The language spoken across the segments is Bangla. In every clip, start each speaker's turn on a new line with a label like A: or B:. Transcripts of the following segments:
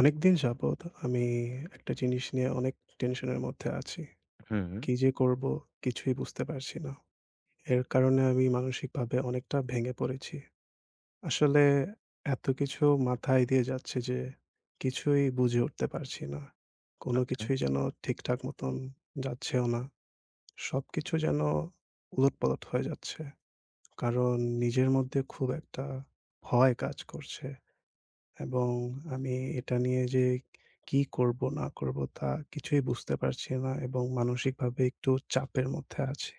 A: অনেকদিন যাবৎ আমি একটা জিনিস নিয়ে অনেক টেনশনের মধ্যে আছি।
B: হুম,
A: কি যে করব কিছুই বুঝতে পারছি না। এর কারণে আমি মানসিকভাবে অনেকটা ভেঙে পড়েছি। আসলে এত কিছু মাথায় দিয়ে যাচ্ছে যে কিছুই বুঝে উঠতে পারছি না। কোনো
B: আচ্ছা।
A: কিছুই যেন ঠিকঠাক মতন যাচ্ছেও না। সবকিছু যেন উলটপালট হয়ে যাচ্ছে। কারণ নিজের মধ্যে খুব একটা ভয় কাজ করছে। এবং আমি এটা নিয়ে যে কি করব না করব তা কিছুই বুঝতে পারছি না এবং মানসিকভাবে একটু চাপের মধ্যে আছি।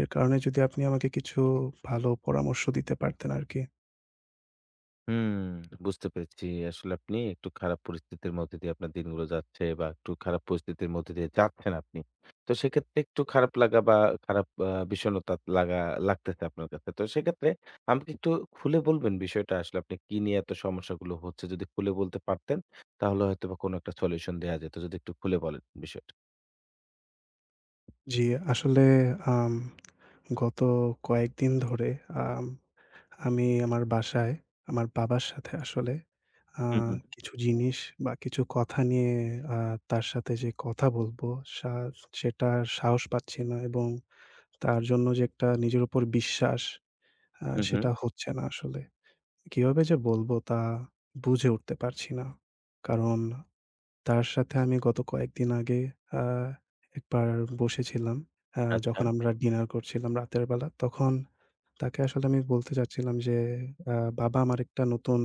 A: এর কারণে যদি আপনি আমাকে কিছু ভালো পরামর্শ দিতে পারতেন আরকি।
B: হুম, বুঝতে পেরেছি। আসলে আপনি একটু খারাপ পরিস্থিতির মধ্যে দিয়ে আপনার দিনগুলো যাচ্ছে বা একটু খারাপ পরিস্থিতির মধ্যে দিয়ে যাচ্ছেন আপনি। তো সেক্ষেত্রে একটু খারাপ লাগা বা খারাপ বিষণ্ণতা লাগা লাগতেছে আপনার কাছে। তো সেক্ষেত্রে আমাকে একটু খুলে বলবেন বিষয়টা আসলে আপনি কি নিয়ে এত সমস্যাগুলো হচ্ছে? যদি খুলে বলতে পারতেন তাহলে হয়তোবা কোনো একটা সলিউশন দেয়া যেত। যদি একটু খুলে বলেন বিষয়টা।
A: জি, আসলে আম গত কয়েকদিন ধরে আম আমি আমার বাসায় আমার বাবার সাথে আসলে আ
B: হুম, হুম,
A: কিছু জিনিস বা কিছু কথা নিয়ে আ তার সাথে যে কথা বলব সা সেটার সাহস পাচ্ছি না এবং তার জন্য যে একটা নিজের উপর বিশ্বাস
B: হুম, হুম।
A: সেটা হচ্ছে না আসলে। কিভাবে যে বলবো তা বুঝে উঠতে পারছি না। কারণ তার সাথে আমি গত কয়েকদিন আগে আ একবার বসেছিলাম।
B: আচ্ছা।
A: যখন আমরা ডিনার করছিলাম রাতের বেলা, তখন তাকে আসলে আমি বলতে চাচ্ছিলাম যে, আ "বাবা আমার একটা নতুন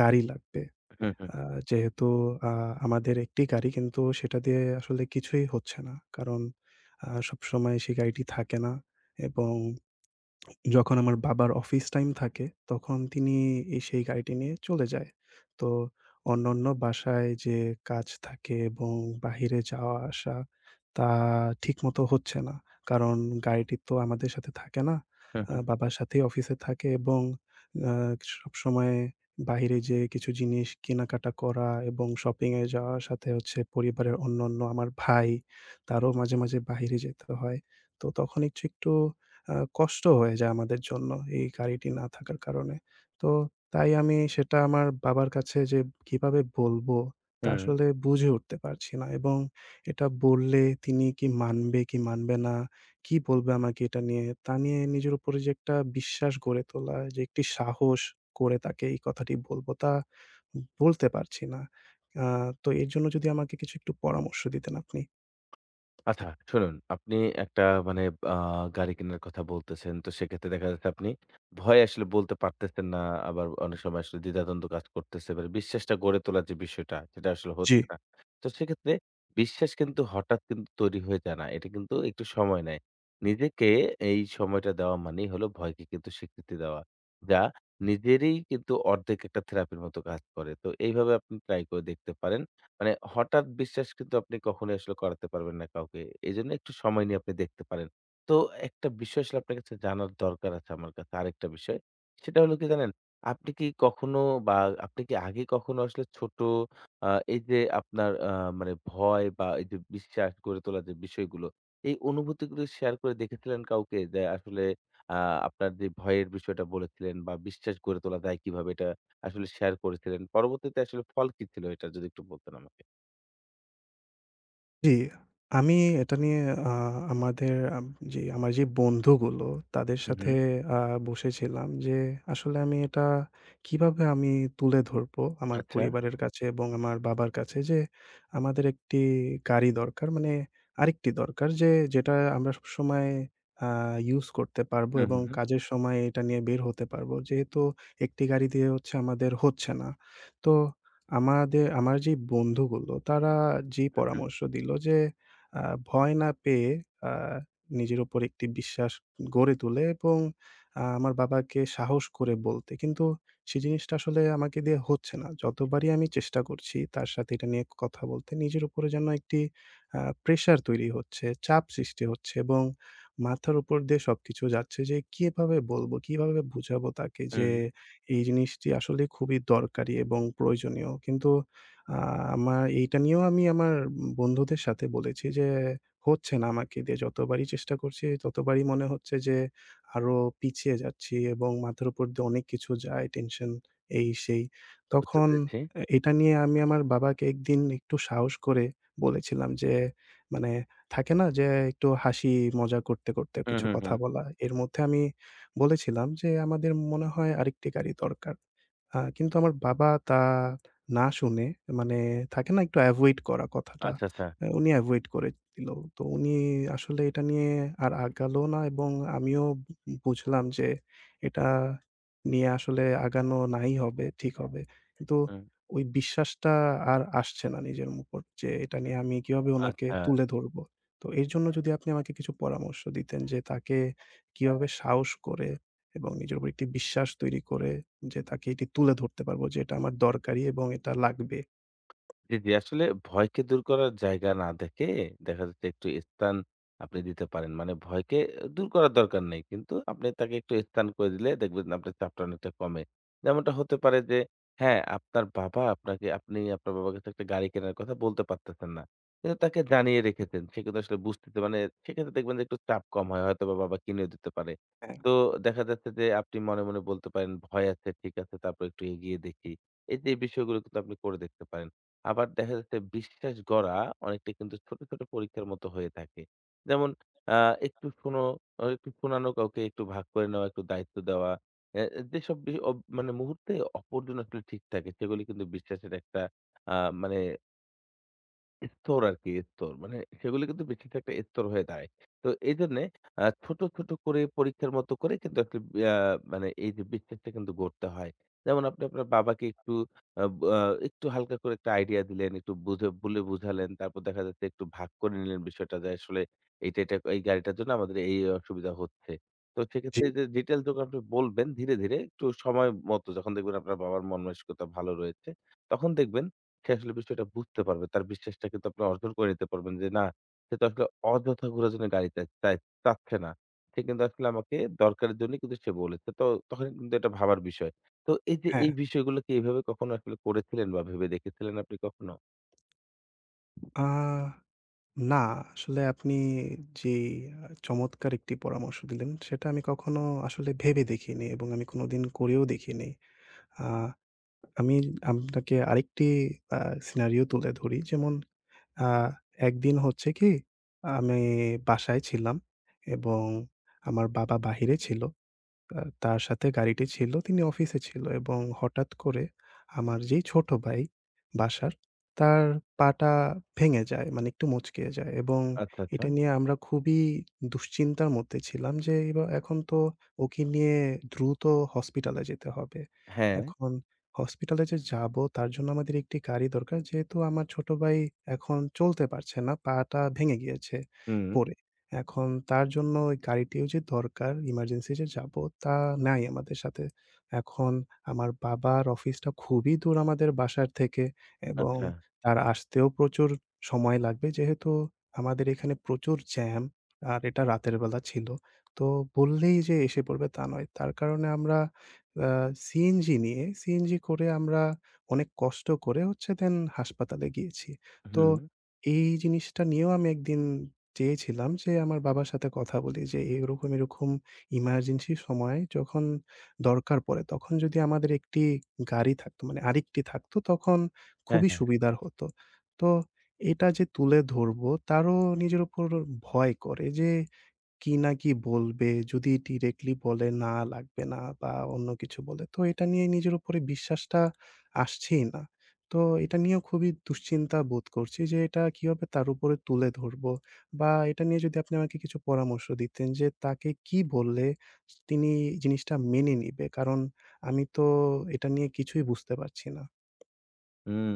A: গাড়ি লাগবে।
B: হুম, হুম,
A: আ যেহেতু আ আমাদের একটি গাড়ি কিন্তু সেটা দিয়ে আসলে কিছুই হচ্ছে না। কারণ সবসময় সেই গাড়িটি থাকে না এবং" যখন আমার বাবার অফিস টাইম থাকে, তখন তিনি এই সেই গাড়িটি নিয়ে চলে যায়। তো অন্যান্য বাসায় যে কাজ থাকে এবং বাহিরে যাওয়া আসা, তা ঠিকমতো হচ্ছে না। কারণ গাড়িটি তো আমাদের সাথে থাকে না।
B: হুম, হুম,
A: বাবার সাথেই অফিসে থাকে এবং আ সবসময় বাহিরে যেয়ে কিছু জিনিস কেনাকাটা করা এবং শপিং এ যাওয়ার সাথে হচ্ছে পরিবারের অন্যান্য আমার ভাই, তারও মাঝে, মাঝে বাহিরে যেতে হয়। তো তখন একটু, একটু কষ্ট হয়ে যায় আমাদের জন্য এই গাড়িটি না থাকার কারণে। তো তাই আমি সেটা আমার বাবার কাছে যে কিভাবে বলবো তা
B: হুম।
A: আসলে বুঝে উঠতে পারছি না এবং এটা বললে তিনি কি মানবে কি মানবে না, কি বলবে আমাকে এটা নিয়ে, তা নিয়ে নিজের উপরে যে একটা বিশ্বাস গড়ে তোলা, যে একটি সাহস করে তাকে এই কথাটি বলবো তা বলতে পারছি না। আ তো এর জন্য যদি আমাকে কিছু একটু পরামর্শ দিতেন আপনি।
B: আচ্ছা শুনুন, আপনি একটা মানে আ গাড়ি কেনার কথা বলতেছেন। তো সেক্ষেত্রে দেখা যাচ্ছে আপনি ভয়ে আসলে বলতে পারতেছেন না। আবার অনেক সময় আসলে দ্বিধাদ্বন্দ্ব কাজ করতেছে। মানে বিশ্বাসটা গড়ে তোলার যে বিষয়টা সেটা আসলে
A: জি।
B: হচ্ছে না। তো সেক্ষেত্রে বিশ্বাস কিন্তু হঠাৎ কিন্তু তৈরি হয়ে যায় না। এটা কিন্তু একটু সময় নেয়। নিজেকে এই সময়টা দেওয়া মানেই হলো ভয়কে কিন্তু স্বীকৃতি দেওয়া। যা নিজেরই কিন্তু অর্ধেক একটা থেরাপির মতো কাজ করে। তো এইভাবে আপনি ট্রাই করে দেখতে পারেন। মানে হঠাৎ বিশ্বাস কিন্তু আপনি কখনোই আসলে করাতে পারবেন না কাউকে। এজন্য একটু সময় নিয়ে আপনি দেখতে পারেন। তো একটা বিষয় আসলে আপনার কাছে জানার দরকার আছে আমার কাছে আরেকটা বিষয়। সেটা হলো কি জানেন? আপনি কি কখনো বা আপনি কি আগে কখনো আসলে ছোট আ এই যে আপনার মানে ভয় বা এই যে বিশ্বাস গড়ে তোলার যে বিষয়গুলো, এই অনুভূতিগুলো শেয়ার করে দেখেছিলেন কাউকে? যে আসলে আ আপনার যে ভয়ের বিষয়টা বলেছিলেন বা বিশ্বাস গড়ে তোলা যায় কিভাবে এটা আসলে শেয়ার করেছিলেন। পরবর্তীতে আসলে ফল কি ছিল এটার যদি একটু বলতেন আমাকে?
A: জি, আমি এটা নিয়ে আ আমাদের যে আমার যে বন্ধুগুলো, তাদের
B: হু, হু।
A: সাথে আ বসেছিলাম যে আসলে আমি এটা কিভাবে আমি তুলে ধরবো আমার
B: আচ্ছা।
A: পরিবারের কাছে এবং আমার বাবার কাছে যে আমাদের একটি গাড়ি দরকার, মানে আরেকটি দরকার, যে যেটা আমরা সবসময় আ ইউজ করতে পারবো
B: হু, হু,
A: এবং
B: হু,
A: কাজের সময় এটা নিয়ে বের হতে পারবো। যেহেতু একটি গাড়ি দিয়ে হচ্ছে, আমাদের হচ্ছে না। তো আমাদের আমার যে বন্ধুগুলো, তারা যে
B: হু,
A: পরামর্শ দিলো যে আ ভয় না পেয়ে আ নিজের উপর একটি বিশ্বাস গড়ে তুলে এবং আমার বাবাকে সাহস করে বলতে। কিন্তু সেই জিনিসটা আসলে আমাকে দিয়ে হচ্ছে না। যতবারই আমি চেষ্টা করছি তার সাথে এটা নিয়ে কথা বলতে, নিজের উপরে যেন একটি প্রেশার তৈরি হচ্ছে, চাপ সৃষ্টি হচ্ছে এবং মাথার উপর দিয়ে সবকিছু যাচ্ছে যে কিভাবে বলবো, কিভাবে বুঝাবো তাকে যে
B: হু,
A: এই জিনিসটি আসলে খুবই দরকারি এবং প্রয়োজনীয়। কিন্তু আ আমার এইটা নিয়েও আমি আমার বন্ধুদের সাথে বলেছি যে, হচ্ছে না আমাকে দিয়ে। যতবারই চেষ্টা করছি, ততবারই মনে হচ্ছে যে আরো পিছিয়ে যাচ্ছি এবং মাথার উপর দিয়ে অনেক কিছু যায়, টেনশন, এই সেই।
B: বুঝতে
A: তখন
B: পেরেছি।
A: এটা নিয়ে আমি আমার বাবাকে একদিন একটু সাহস করে বলেছিলাম যে, মানে, থাকে না যে একটু হাসি মজা করতে, করতে
B: হু,
A: কিছু
B: হু, হু।
A: কথা বলা। এর মধ্যে আমি বলেছিলাম যে, "আমাদের মনে হয় আরেকটি গাড়ি দরকার।" কিন্তু আমার বাবা তা না শুনে, মানে থাকে না, একটু এভয়েড করা কথাটা।
B: আচ্ছা, আচ্ছা।
A: উনি এভয়েড করে দিল। তো উনি আসলে এটা নিয়ে আর আগালো না এবং আমিও বুঝলাম যে এটা নিয়ে আসলে আগানো নাই হবে, ঠিক হবে। কিন্তু
B: হুম,
A: ওই বিশ্বাসটা আর আসছে না নিজের উপর যে এটা নিয়ে আমি কিভাবে উনাকে
B: আচ্ছা।
A: তুলে ধরবো। তো এর জন্য যদি আপনি আমাকে কিছু পরামর্শ দিতেন যে তাকে কিভাবে সাহস করে এবং নিজের উপর একটি বিশ্বাস তৈরি করে যে তাকে এটি তুলে ধরতে পারবো যে এটা আমার দরকারি এবং এটা লাগবে।
B: জি, জি। আসলে ভয়কে দূর করার জায়গা না দেখে দেখা যাচ্ছে একটু স্থান আপনি দিতে পারেন। মানে ভয়কে দূর করার দরকার নেই। কিন্তু আপনি তাকে একটু স্থান করে দিলে দেখবেন আপনার চাপটা অনেকটা কমে। যেমনটা হতে পারে যে হ্যাঁ, আপনার বাবা আপনাকে আপনি আপনার বাবার কাছে একটা গাড়ি কেনার কথা বলতে পারতেছেন না। কিন্তু তাকে জানিয়ে রেখেছেন। সে কিন্তু আসলে বুঝতেছে মানে সেক্ষেত্রে দেখবেন যে একটু চাপ কম হয়। হয়তোবা বাবা কিনেও দিতে পারে। তো দেখা যাচ্ছে যে আপনি মনে, মনে বলতে পারেন ভয় আছে, ঠিক আছে তারপর একটু এগিয়ে দেখি। এই যে বিষয়গুলো কিন্তু আপনি করে দেখতে পারেন। আবার দেখা যাচ্ছে বিশ্বাস গড়া অনেকটা কিন্তু ছোট, ছোট পরীক্ষার মতো হয়ে থাকে। যেমন আ একটু শোনো একটু শোনানো কাউকে একটু ভাগ করে নেওয়া, একটু দায়িত্ব দেওয়া। অ্যা যেসব বি অব মানে মুহূর্তে অপরজন আসলে ঠিক থাকে সেগুলি কিন্তু বিশ্বাসের একটা আ মানে এত্তর আরকি, এত্তর। মানে সেগুলো কিন্তু বেশিরভাগ একটা এত্তর হয়ে দাঁড়ায়। তো এইজন্যে ছোট, ছোট করে পরীক্ষার মতো করে কিন্তু একটা আ মানে এই যে বিশ্বাসটা কিন্তু গড়তে হয়। যেমন আপনি আপনার বাবাকে একটু আ ব আ একটু হালকা করে একটা আইডিয়া দিলেন, একটু বুঝে বলে বুঝালেন। তারপর দেখা যাচ্ছে একটু ভাগ করে নিলেন বিষয়টা যে আসলে এইটা, এটা এই গাড়িটার জন্য আমাদের এই, এই অসুবিধা হচ্ছে। তো
A: জি।
B: সেক্ষেত্রে যে ডিটেইলস যখন আপনি বলবেন ধীরে, ধীরে একটু সময় মতো যখন দেখবেন আপনার বাবার মন মানসিকতা ভালো রয়েছে, তখন দেখবেন সে আসলে বিষয়টা বুঝতে পারবে। তার বিশ্বাসটা কিন্তু আপনি অর্জন করে নিতে পারবেন যে, না, সে তো আসলে অযথা ঘোরার জন্য গাড়ি চা চাই চাচ্ছে না। সে কিন্তু আসলে আমাকে দরকারের জন্যই কিন্তু সে বলেছে। তো তখন কিন্তু এটা ভাবার বিষয়। তো এই যে
A: হ্যাঁ,
B: এই বিষয়গুলো কি এভাবে কখনো আসলে করেছিলেন বা ভেবে দেখেছিলেন আপনি কখনো?
A: আ না আসলে আপনি যে চমৎকার একটি পরামর্শ দিলেন, সেটা আমি কখনো আসলে ভেবে দেখিনি এবং আমি কোনোদিন করেও দেখিনি। আ আমি আপনাকে আরেকটি আ সিনারিও তুলে ধরি। যেমন, আ একদিন হচ্ছে কি, আমি বাসায় ছিলাম এবং আমার বাবা বাহিরে ছিল। তার সাথে গাড়িটি ছিল, তিনি অফিসে ছিল এবং হঠাৎ করে আমার যেই ছোট ভাই বাসার, তার পাটা ভেঙে যায়, মানে একটু মচকে যায় এবং
B: আচ্ছা, আচ্ছা।
A: এটা নিয়ে আমরা খুবই দুশ্চিন্তার মধ্যে ছিলাম যে এখন তো ওকে নিয়ে দ্রুত হসপিটালে যেতে হবে।
B: হ্যাঁ,
A: এখন হসপিটালে যে যাবো তার জন্য আমাদের একটি গাড়ি দরকার। যেহেতু আমার ছোট ভাই এখন চলতে পারছে না, পাটা ভেঙে গিয়েছে
B: হুম,
A: পড়ে। এখন তার জন্য ওই গাড়িটিও যে দরকার, ইমার্জেন্সি যে যাবো, তা নাই আমাদের সাথে। এখন আমার বাবার অফিসটা খুবই দূর আমাদের বাসার থেকে এবং
B: আচ্ছা,
A: তার আসতেও প্রচুর সময় লাগবে। যেহেতু আমাদের এখানে প্রচুর জ্যাম, আর এটা রাতের বেলা ছিল। তো বললেই যে এসে পড়বে তা নয়। তার কারণে আমরা আ সিএনজি নিয়ে, সিএনজি করে আমরা অনেক কষ্ট করে হচ্ছে দেন হাসপাতালে গিয়েছি। তো
B: হুম।
A: এই জিনিসটা নিয়েও আমি একদিন চেয়েছিলাম যে আমার বাবার সাথে কথা বলি যে এরকম, এরকম ইমার্জেন্সি সময়ে যখন দরকার পড়ে তখন যদি আমাদের একটি গাড়ি থাকতো, মানে আরেকটি থাকতো, তখন খুবই
B: হ্যাঁ।
A: সুবিধার হতো। তো এটা যে তুলে ধরবো, তারও নিজের উপর ভয় করে যে কি না কি বলবে? যদি ডিরেক্টলি বলে, "না, লাগবে না" বা অন্য কিছু বলে, তো এটা নিয়ে নিজের উপরে বিশ্বাসটা আসছেই না। তো এটা নিয়েও খুবই দুশ্চিন্তা বোধ করছি যে, এটা কিভাবে তার উপরে তুলে ধরবো? বা এটা নিয়ে যদি আপনি আমাকে কিছু পরামর্শ দিতেন যে, তাকে কি বললে তিনি জিনিসটা মেনে নিবে? কারণ আমি তো এটা নিয়ে কিছুই বুঝতে পারছি না।
B: হুম,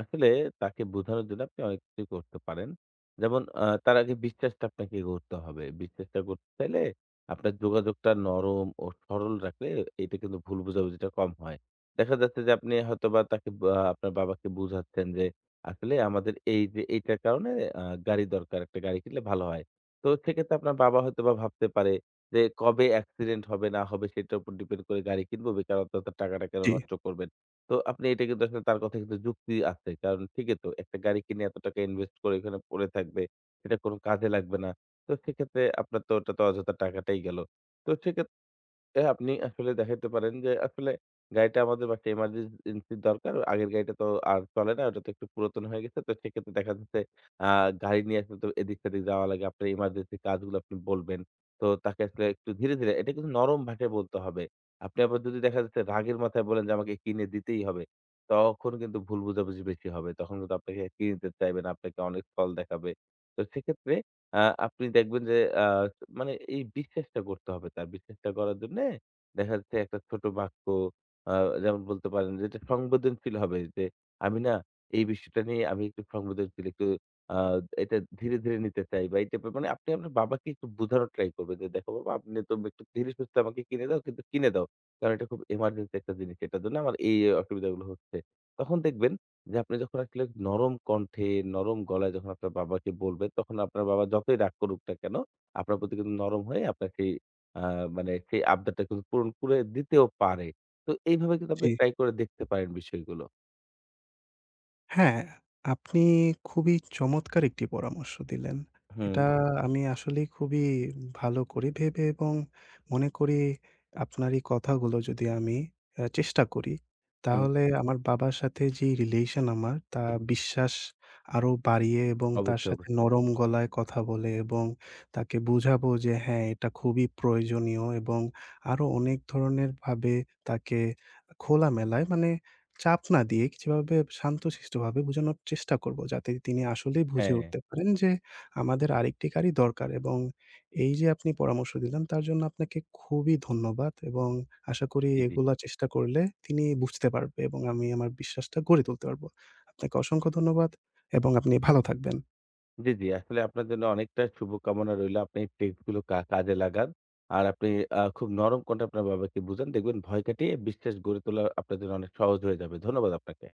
B: আসলে তাকে বোঝানোর জন্য আপনি অনেক কিছুই করতে পারেন। যেমন তার আগে বিশ্বাসটা আপনাকে গড়তে হবে। বিশ্বাসটা গড়তে চাইলে আপনার যোগাযোগটা নরম ও সরল রাখলে এটা কিন্তু ভুল বোঝাবুঝিটা কম হয়। দেখা যাচ্ছে যে আপনি হয়তোবা তাকে বা আপনার বাবাকে বুঝাচ্ছেন যে আসলে আমাদের এই যে এইটার কারণে আ গাড়ি দরকার, একটা গাড়ি কিনলে ভালো হয়। তো সেক্ষেত্রে আপনার বাবা হয়তোবা ভাবতে পারে যে কবে অ্যাক্সিডেন্ট হবে না হবে সেটার উপর ডিপেন্ড করে গাড়ি কিনব, বেকার অত, অত টাকাটা কেন
A: জি।
B: নষ্ট করবেন। তো আপনি এটা কিন্তু আসলে তার কথা কিন্তু যুক্তি আছে। কারণ ঠিকই তো একটা গাড়ি কিনে এত টাকা ইনভেস্ট করে ওখানে পড়ে থাকবে। সেটা কোন কাজে লাগবে না। তো সেক্ষেত্রে আপনার তো ওটা তো অযথা টাকাটাই গেল। তো সেক্ষেত্রে আপনি আসলে দেখাইতে পারেন যে আসলে গাড়িটা আমাদের বাসায় এমার্জেন্সি দরকার। আগের গাড়িটা তো আর চলে না। ওটা তো একটু পুরাতন হয়ে গেছে। তো সেক্ষেত্রে দেখা যাচ্ছে আ গাড়ি নিয়ে আসলে তো এদিক সেদিক যাওয়া লাগে। আপনার এমার্জেন্সি কাজগুলো আপনি বলবেন। তো তাকে আসলে একটু ধীরে, ধীরে এটা কিন্তু নরম ভাষায় বলতে হবে। আপনি আবার যদি দেখা যাচ্ছে রাগের মাথায় বলেন যে আমাকে কিনে দিতেই হবে, তখন কিন্তু ভুল বোঝাবুঝি বেশি হবে। তখন কিন্তু আপনাকে কিনে দিতে চাইবে না, আপনাকে অনেক ফল দেখাবে। তো সেক্ষেত্রে আ আপনি দেখবেন যে আ মানে এই বিশ্বাসটা করতে হবে তার। বিশ্বাসটা করার জন্যে দেখা যাচ্ছে একটা ছোট বাক্য আ যেমন বলতে পারেন যেটা সংবেদনশীল হবে যে, "আমি না এই বিষয়টা নিয়ে আমি একটু সংবেদনশীল, একটু আ এটা ধীরে, ধীরে নিতে চাই" বা এই টাইপের মানে আপনি আপনার বাবাকে একটু বোঝানোর ট্রাই করবেন যে, "দেখো বাবা আপনি তো একটু ধীরে সুস্থে আমাকে কিনে দাও, কিন্তু কিনে দাও। কারণ এটা খুব এমার্জেন্সি একটা জিনিস। এটার জন্য আমার এই, এই অসুবিধাগুলো হচ্ছে।" তখন দেখবেন যে আপনি যখন আসলে নরম কণ্ঠে, নরম গলায় যখন আপনার বাবাকে বলবেন, তখন আপনার বাবা যতই রাগ করুক না কেন, আপনার প্রতি কিন্তু নরম হয়ে আপনার সেই আ মানে সেই আবদারটা কিন্তু পূরণ করে দিতেও পারে। তো এইভাবে কিন্তু আপনি
A: জি, জি।
B: ট্রাই করে দেখতে পারেন বিষয়গুলো।
A: হ্যাঁ, আপনি খুবই চমৎকার একটি পরামর্শ দিলেন।
B: হুম,
A: এটা আমি আসলেই খুবই ভালো করি ভেবে এবং মনে করি আপনার এই কথাগুলো যদি আমি চেষ্টা করি,
B: হুম।
A: তাহলে আমার বাবার সাথে যেই রিলেশন আমার, তা বিশ্বাস আরো বাড়িয়ে এবং তার
B: অবশ্যই,
A: সাথে
B: অবশ্যই।
A: নরম গলায় কথা বলে এবং তাকে বুঝাবো যে হ্যাঁ, এটা খুবই প্রয়োজনীয় এবং আরো অনেক ধরনের ভাবে তাকে খোলামেলায়, মানে চাপ না দিয়ে, যেভাবে শান্তশিষ্টভাবে বোঝানোর চেষ্টা করব, যাতে তিনি আসলেই বুঝে
B: হ্যাঁ,
A: উঠতে পারেন যে আমাদের আরেকটি গাড়ি দরকার। এবং এই যে আপনি পরামর্শ দিলেন, তার জন্য আপনাকে খুবই ধন্যবাদ এবং আশা করি
B: জি, জি।
A: এগুলা চেষ্টা করলে তিনি বুঝতে পারবে এবং আমি আমার বিশ্বাসটা গড়ে তুলতে পারব। আপনাকে অসংখ্য ধন্যবাদ এবং আপনি ভালো থাকবেন।
B: জি, জি। আসলে আপনার জন্য অনেকটা শুভকামনা রইলো। আপনি এই ট্রিক্স গুলো কাজে লাগান। আর আপনি খুব নরম কণ্ঠে আপনার বাবাকে বুঝান। দেখবেন ভয় কাটিয়ে বিশ্বাস গড়ে তোলা আপনার জন্য অনেক সহজ হয়ে যাবে। ধন্যবাদ আপনাকে।